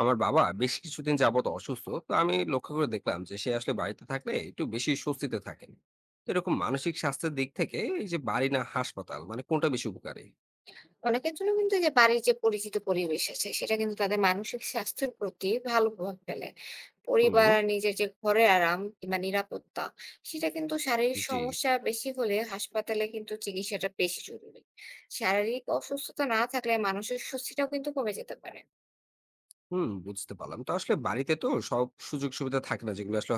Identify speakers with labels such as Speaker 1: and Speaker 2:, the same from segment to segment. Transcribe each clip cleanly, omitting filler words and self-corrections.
Speaker 1: আমার বাবা বেশ কিছুদিন যাবত অসুস্থ। তো আমি লক্ষ্য করে দেখলাম যে সে আসলে বাড়িতে থাকলে একটু বেশি স্বস্তিতে থাকেন। তো এরকম মানসিক স্বাস্থ্যের দিক থেকে এই যে বাড়ি না হাসপাতাল, মানে কোনটা বেশি উপকারী?
Speaker 2: অনেকের জন্য কিন্তু এই যে বাড়ির যে পরিচিত পরিবেশ আছে সেটা কিন্তু তাদের মানসিক স্বাস্থ্যের প্রতি ভালো প্রভাব ফেলে।
Speaker 1: হুম।
Speaker 2: পরিবার আর নিজের যে ঘরের আরাম কিংবা নিরাপত্তা সেটা কিন্তু শারীরিক
Speaker 1: জি।
Speaker 2: সমস্যা বেশি হলে হাসপাতালে কিন্তু চিকিৎসাটা বেশি জরুরি। শারীরিক অসুস্থতা না থাকলে মানসিক স্বস্তিটাও কিন্তু কমে যেতে পারে।
Speaker 1: হুম, বুঝতে পারলাম। তো আসলে বাড়িতে তো সব সুযোগ সুবিধা থাকে না যেগুলো আসলে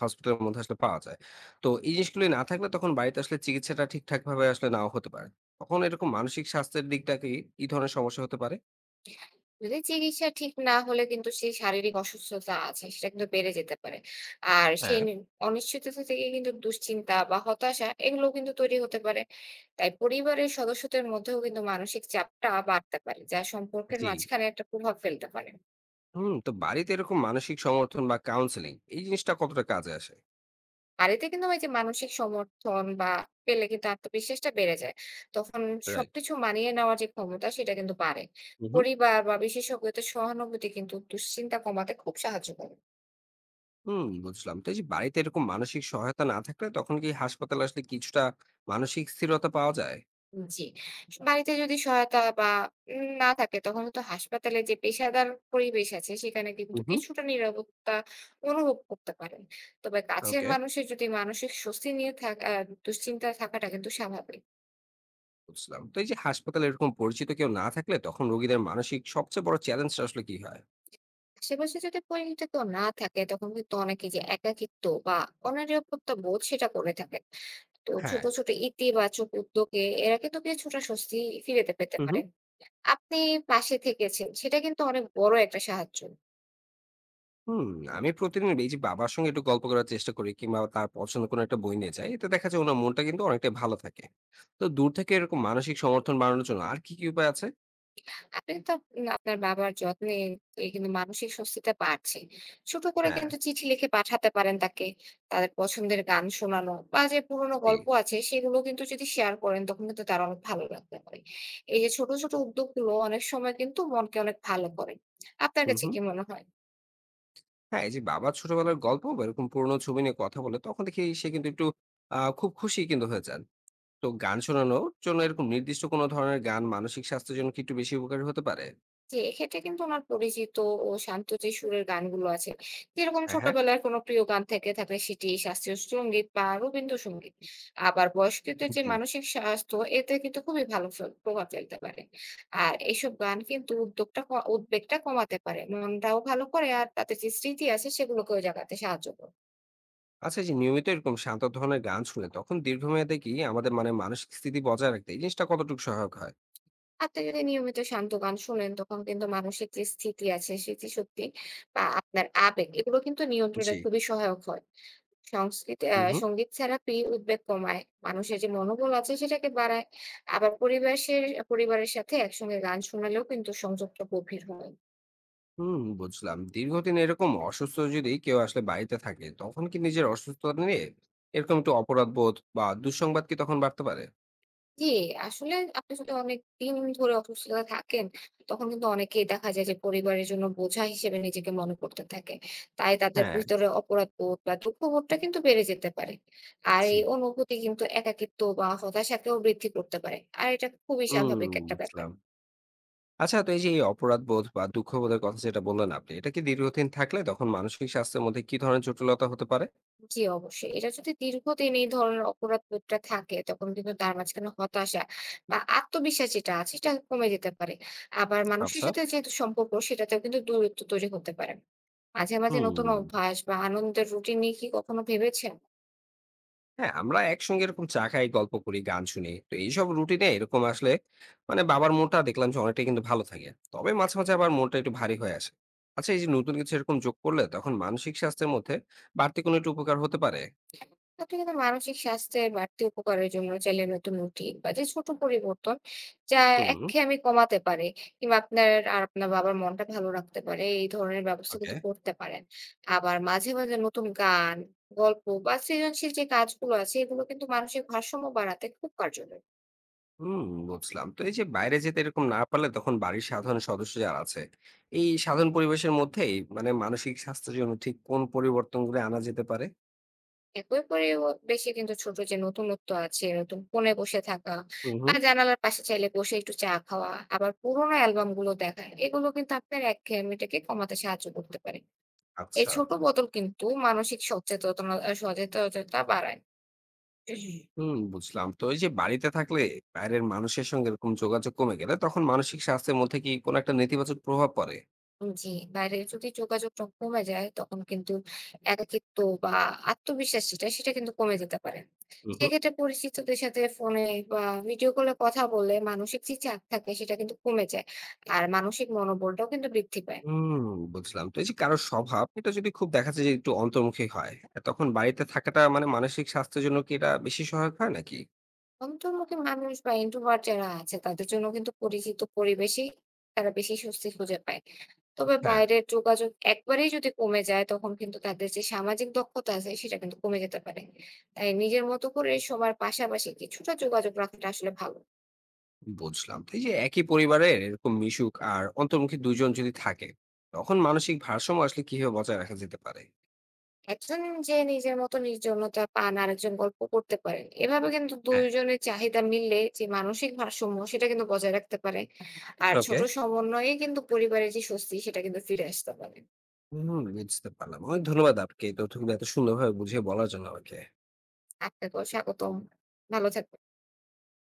Speaker 1: হসপিটালের মধ্যে আসলে পাওয়া যায়। তো এই জিনিসগুলো না থাকলে তখন বাড়িতে আসলে চিকিৎসাটা ঠিকঠাক ভাবে আসলে নাও হতে পারে। তখন এরকম মানসিক স্বাস্থ্যের দিকটা কি কি ধরনের সমস্যা হতে পারে?
Speaker 2: যদি চিকিৎসা ঠিক না হলে কিন্তু সেই শারীরিক অসুস্থতা আছে সেটা কিন্তু বেড়ে যেতে পারে। আর সেই
Speaker 1: হ্যাঁ।
Speaker 2: নি অনিশ্চয়তা থেকে কিন্তু দুশ্চিন্তা বা হতাশা এগুলোও কিন্তু তৈরি হতে পারে। তাই পরিবারের সদস্যদের মধ্যেও কিন্তু মানসিক চাপটা বাড়তে পারে, যা সম্পর্কের
Speaker 1: জি।
Speaker 2: মাঝখানে একটা প্রভাব ফেলতে পারে।
Speaker 1: হুম, তো বাড়িতে এরকম মানসিক সমর্থন বা কাউন্সেলিং এই জিনিসটা কতটা কাজে আসে?
Speaker 2: আর এতে কিন্তু ওই যে মানসিক সমর্থন বা পেলে কিন্তু আত্মবিশ্বাসটা বেড়ে যায়। তখন
Speaker 1: রাইট।
Speaker 2: সবকিছু মানিয়ে নেওয়ার যে ক্ষমতা সেটা কিন্তু বাড়ে।
Speaker 1: হুম, হুম।
Speaker 2: পরিবার বা বিশেষজ্ঞদের সহানুভূতি কিন্তু দুশ্চিন্তা কমাতে খুব সাহায্য করে।
Speaker 1: হুম, বুঝলাম। তো এই যে বাড়িতে এরকম মানসিক সহায়তা না থাকলে তখন কি হাসপাতালে আসলে কিছুটা মানসিক স্থিরতা পাওয়া যায়?
Speaker 2: জি। বাড়িতে যদি সহায়তা বা না থাকে তখন তো হাসপাতালে যে পেশাদার পরিবেশ আছে সেখানে কিন্তু
Speaker 1: হুম হুম।
Speaker 2: কিছুটা নিরাপত্তা অনুভব করতে পারেন। তবে কাছের
Speaker 1: ওকে,
Speaker 2: মানুষের যদি মানসিক স্বস্তি নিয়ে থাকা আ দুশ্চিন্তা থাকাটা কিন্তু স্বাভাবিক।
Speaker 1: বুঝলাম। তো এই যে হাসপাতালে এরকম পরিচিত কেউ না থাকলে তখন রোগীদের মানসিক সবচেয়ে বড় চ্যালেঞ্জটা আসলে কি হয়?
Speaker 2: আশেপাশে যদি পরিচিত কেউ না থাকে তখন কিন্তু অনেকে যে একাকিত্ব বা অনিরাপত্তা বোধ সেটা করে থাকে। তো ছোট,
Speaker 1: হ্যাঁ।
Speaker 2: ছোট ইতিবাচক উদ্যোগে এরা কিন্তু কিছুটা স্বস্তি ফিরে পেতে
Speaker 1: হুম
Speaker 2: পারে।
Speaker 1: হুম।
Speaker 2: আপনি পাশে থেকেছেন সেটা কিন্তু অনেক বড় একটা সাহায্য।
Speaker 1: হুম, আমি প্রতিদিন এই যে বাবার সঙ্গে একটু গল্প করার চেষ্টা করি কিংবা তার পছন্দ কোনো একটা বই নিয়ে যাই। এতে দেখা যায় ওনার মনটা কিন্তু অনেকটাই ভালো থাকে। তো দূর থেকে এরকম মানসিক সমর্থন বাড়ানোর জন্য আর কি, কি উপায় আছে?
Speaker 2: আপনি তো আপ- আপনার বাবার যত্নে এই কিন্তু মানসিক স্বস্তিটা পাচ্ছে, ছোট করে
Speaker 1: হ্যাঁ,
Speaker 2: কিন্তু চিঠি লিখে পাঠাতে পারেন তাকে। তাদের পছন্দের গান শোনানো বা যে পুরোনো
Speaker 1: জি।
Speaker 2: গল্প আছে সেগুলো কিন্তু যদি শেয়ার করেন তখন কিন্তু তার অনেক ভালো লাগতে পারে। এই যে ছোট ছোট উদ্যোগগুলো অনেক সময় কিন্তু মনকে অনেক ভালো করে। আপনার
Speaker 1: হুম,
Speaker 2: কাছে
Speaker 1: হুম।
Speaker 2: কি মনে হয়?
Speaker 1: হ্যাঁ, এই যে বাবার ছোটবেলার গল্প বা এরকম পুরোনো ছবি নিয়ে কথা বলে তখন দেখি সে কিন্তু একটু খুব খুশি কিন্তু হয়ে যান। তো গান শোনানোর জন্য এরকম নির্দিষ্ট কোনো ধরনের গান মানসিক স্বাস্থ্যের জন্য কি একটু বেশি উপকারী হতে পারে?
Speaker 2: জি, এক্ষেত্রে কিন্তু আমার পরিচিত ও শান্ত যে সুরের গানগুলো আছে, যেরকম
Speaker 1: হ্যাঁ, হ্যাঁ।
Speaker 2: ছোটবেলার কোনো প্রিয় গান থেকে থাকলে সেটি শাস্ত্রীয় সঙ্গীত বা রবীন্দ্রসঙ্গীত। আবার বয়স্কদের যে
Speaker 1: জি।
Speaker 2: মানসিক স্বাস্থ্য এতে কিন্তু খুবই ভালো ফল প্রভাব ফেলতে পারে। আর এইসব গান কিন্তু উদ্যোগটা ক উদ্বেগটা কমাতে পারে। মনটাও ভালো করে আর তাদের যে স্মৃতি আছে সেগুলোকেও জাগাতে সাহায্য করে।
Speaker 1: আচ্ছা এই যে নিয়মিত এরকম শান্ত ধরনের গান শুনে তখন দীর্ঘমেয়াদে কি আমাদের মানে মানসিক স্থিতি বজায় রাখতে এই জিনিসটা কতটুকু সহায়ক হয়?
Speaker 2: আপনি যদি নিয়মিত শান্ত গান শোনেন তখন কিন্তু মানসিক যে স্থিতি আছে স্মৃতিশক্তি বা আপনার আবেগ এগুলো কিন্তু নিয়ন্ত্রণে
Speaker 1: জি।
Speaker 2: খুবই সহায়ক হয়। সংস্কৃতি আ
Speaker 1: হুম, হুম।
Speaker 2: সংগীত থেরাপি উদ্বেগ কমায়। মানুষের যে মনোবল আছে সেটাকে বাড়ায়। আবার পরিবারের সাথে একসঙ্গে গান শোনালেও কিন্তু সংযোগটা গভীর হয়।
Speaker 1: হুম, বুঝলাম। দীর্ঘদিন এরকম অসুস্থ যদি কেউ আসলে বাড়িতে থাকে তখন কি নিজের অসুস্থতা নিয়ে এরকম একটু অপরাধবোধ বা দুঃসংবাদ কি তখন বাড়তে পারে?
Speaker 2: জি, আসলে আপনি যদি অনেকদিন ধরে অসুস্থতা থাকেন, তখন কিন্তু অনেকেই দেখা যায় যে পরিবারের জন্য বোঝা হিসেবে নিজেকে মনে করতে থাকে। তাই তাদের
Speaker 1: হ্যাঁ,
Speaker 2: ভিতরে অপরাধবোধ বা দুঃখবোধটা কিন্তু বেড়ে যেতে পারে। আর
Speaker 1: জি।
Speaker 2: এই অনুভূতি কিন্তু একাকিত্ব বা হতাশাকেও বৃদ্ধি করতে পারে। আর এটা খুবই
Speaker 1: হুম,
Speaker 2: স্বাভাবিক একটা ব্যাপার।
Speaker 1: বুঝলাম। আচ্ছা তো এই যে এই অপরাধবোধ বা দুঃখবোধের কথা যেটা বললেন আপনি, এটা কি দীর্ঘদিন থাকলে তখন মানসিক স্বাস্থ্যের মধ্যে কি ধরনের জটিলতা হতে পারে?
Speaker 2: জি, অবশ্যই। এটা যদি দীর্ঘদিন এই ধরনের অপরাধবোধটা থাকে, তখন কিন্তু তার মাঝখানে হতাশা বা আত্মবিশ্বাস যেটা আছে, সেটা কমে যেতে পারে। আবার মানুষের
Speaker 1: আচ্ছা।
Speaker 2: সাথে যেহেতু সম্পর্ক, সেটাতেও কিন্তু দূরত্ব তৈরি হতে পারে। মাঝে, মাঝে নতুন
Speaker 1: হুম।
Speaker 2: অভ্যাস বা আনন্দের রুটিন নিয়ে কি কখনো ভেবেছেন?
Speaker 1: হ্যাঁ, আমরা একসঙ্গে এরকম চা খাই, গল্প করি, গান শুনি। তো এইসব রুটিনে এরকম আসলে মানে বাবার মনটা দেখলাম যে অনেকটাই কিন্তু ভালো থাকে। তবে মাঝে, মাঝে আবার মনটা একটু ভারী হয়ে আসে। আচ্ছা এই যে নতুন কিছু এরকম যোগ করলে তখন মানসিক স্বাস্থ্যের মধ্যে বাড়তি কোনো একটু উপকার হতে পারে?
Speaker 2: আপনি কিন্তু মানসিক স্বাস্থ্যের বাড়তি উপকারের জন্য চাইলে নতুন রুটিন বা যে ছোট পরিবর্তন যা
Speaker 1: হুম,
Speaker 2: একঘেয়েমি কমাতে পারে কিংবা আপনার আর আপনার বাবার মনটা ভালো রাখতে পারে, এই ধরনের ব্যবস্থা
Speaker 1: ওকে।
Speaker 2: কিন্তু করতে পারেন। আবার মাঝে মাঝে নতুন গান, গল্প বা সৃজনশীল যে কাজগুলো আছে এগুলো কিন্তু মানসিক ভারসাম্য বাড়াতে খুব কার্যকর।
Speaker 1: হুম, বুঝলাম। তো এই যে বাইরে যেতে এরকম না পারলে তখন বাড়ির সাধারণ সদস্য যারা আছে, এই সাধারণ পরিবেশের মধ্যেই মানে মানসিক স্বাস্থ্যের জন্য ঠিক কোন পরিবর্তনগুলো আনা যেতে পারে?
Speaker 2: একই পরিবেশে কিন্তু ছোট যে নতুনত্ব আছে, নতুন কোণে বসে থাকা
Speaker 1: হুম,
Speaker 2: বা
Speaker 1: হুম।
Speaker 2: জানালার পাশে চাইলে বসে একটু চা খাওয়া, আবার পুরোনো অ্যালবাম গুলো দেখা, এগুলো কিন্তু আপনার একঘেয়েমিটাকে কমাতে সাহায্য করতে পারে। এই
Speaker 1: আচ্ছা।
Speaker 2: ছোট বদল কিন্তু মানসিক সচেতনা আ সচেতনতা বাড়ায়।
Speaker 1: হুম, বুঝলাম। তো এই যে বাড়িতে থাকলে বাইরের মানুষের সঙ্গে এরকম যোগাযোগ কমে গেলে তখন মানসিক স্বাস্থ্যের মধ্যে কি কোনো একটা নেতিবাচক প্রভাব পড়ে?
Speaker 2: জি, বাইরে যদি যোগাযোগটা কমে যায় তখন কিন্তু একাকিত্ব বা আত্মবিশ্বাস যেটা সেটা কিন্তু কমে যেতে পারে।
Speaker 1: হুম, হুম।
Speaker 2: সেক্ষেত্রে পরিচিতদের সাথে ফোনে বা ভিডিও কলে কথা বললে মানসিক যে চাপ থাকে সেটা কিন্তু কমে যায়। আর মানসিক মনোবলটাও কিন্তু বৃদ্ধি পায়।
Speaker 1: হুম, বুঝলাম। তো এই যে কারো স্বভাব এটা যদি খুব দেখা যায় যে একটু অন্তর্মুখী হয়, তখন বাড়িতে থাকাটা মানে মানসিক স্বাস্থ্যের জন্য কি এটা বেশি সহায়ক হয় নাকি?
Speaker 2: অন্তর্মুখী মানুষ বা introvert যারা আছে তাদের জন্য কিন্তু পরিচিত পরিবেশেই তারা বেশি স্বস্তি খুঁজে পায়। তবে
Speaker 1: হ্যাঁ।
Speaker 2: বাইরের যোগাযোগ একবারেই যদি কমে যায় তখন কিন্তু তাদের যে সামাজিক দক্ষতা আছে সেটা কিন্তু কমে যেতে পারে। তাই নিজের মতো করে সবার পাশাপাশি কিছুটা যোগাযোগ রাখাটা আসলে ভালো।
Speaker 1: বুঝলাম। তো এই যে একই পরিবারের এরকম মিশুক আর অন্তর্মুখী ২ জন যদি থাকে, তখন মানসিক ভারসাম্য আসলে কিভাবে বজায় রাখা যেতে পারে?
Speaker 2: একজন যে নিজের মতো নির্জনতা পান আরেকজন গল্প করতে পারেন। এভাবে কিন্তু ২
Speaker 1: হ্যাঁ।
Speaker 2: জনের চাহিদা মিললে যে মানসিক ভারসাম্য সেটা কিন্তু বজায় রাখতে পারে। আর ছোট
Speaker 1: ওকে।
Speaker 2: সমন্বয়ে কিন্তু পরিবারের যে স্বস্তি সেটা কিন্তু ফিরে আসতে পারে।
Speaker 1: হুম, বুঝতে পারলাম। অনেক ধন্যবাদ আপনাকে এই তথ্যগুলো এত সুন্দরভাবে বুঝিয়ে বলার জন্য আমাকে।
Speaker 2: আপনাকেও স্বাগতম। ভালো থাকবেন।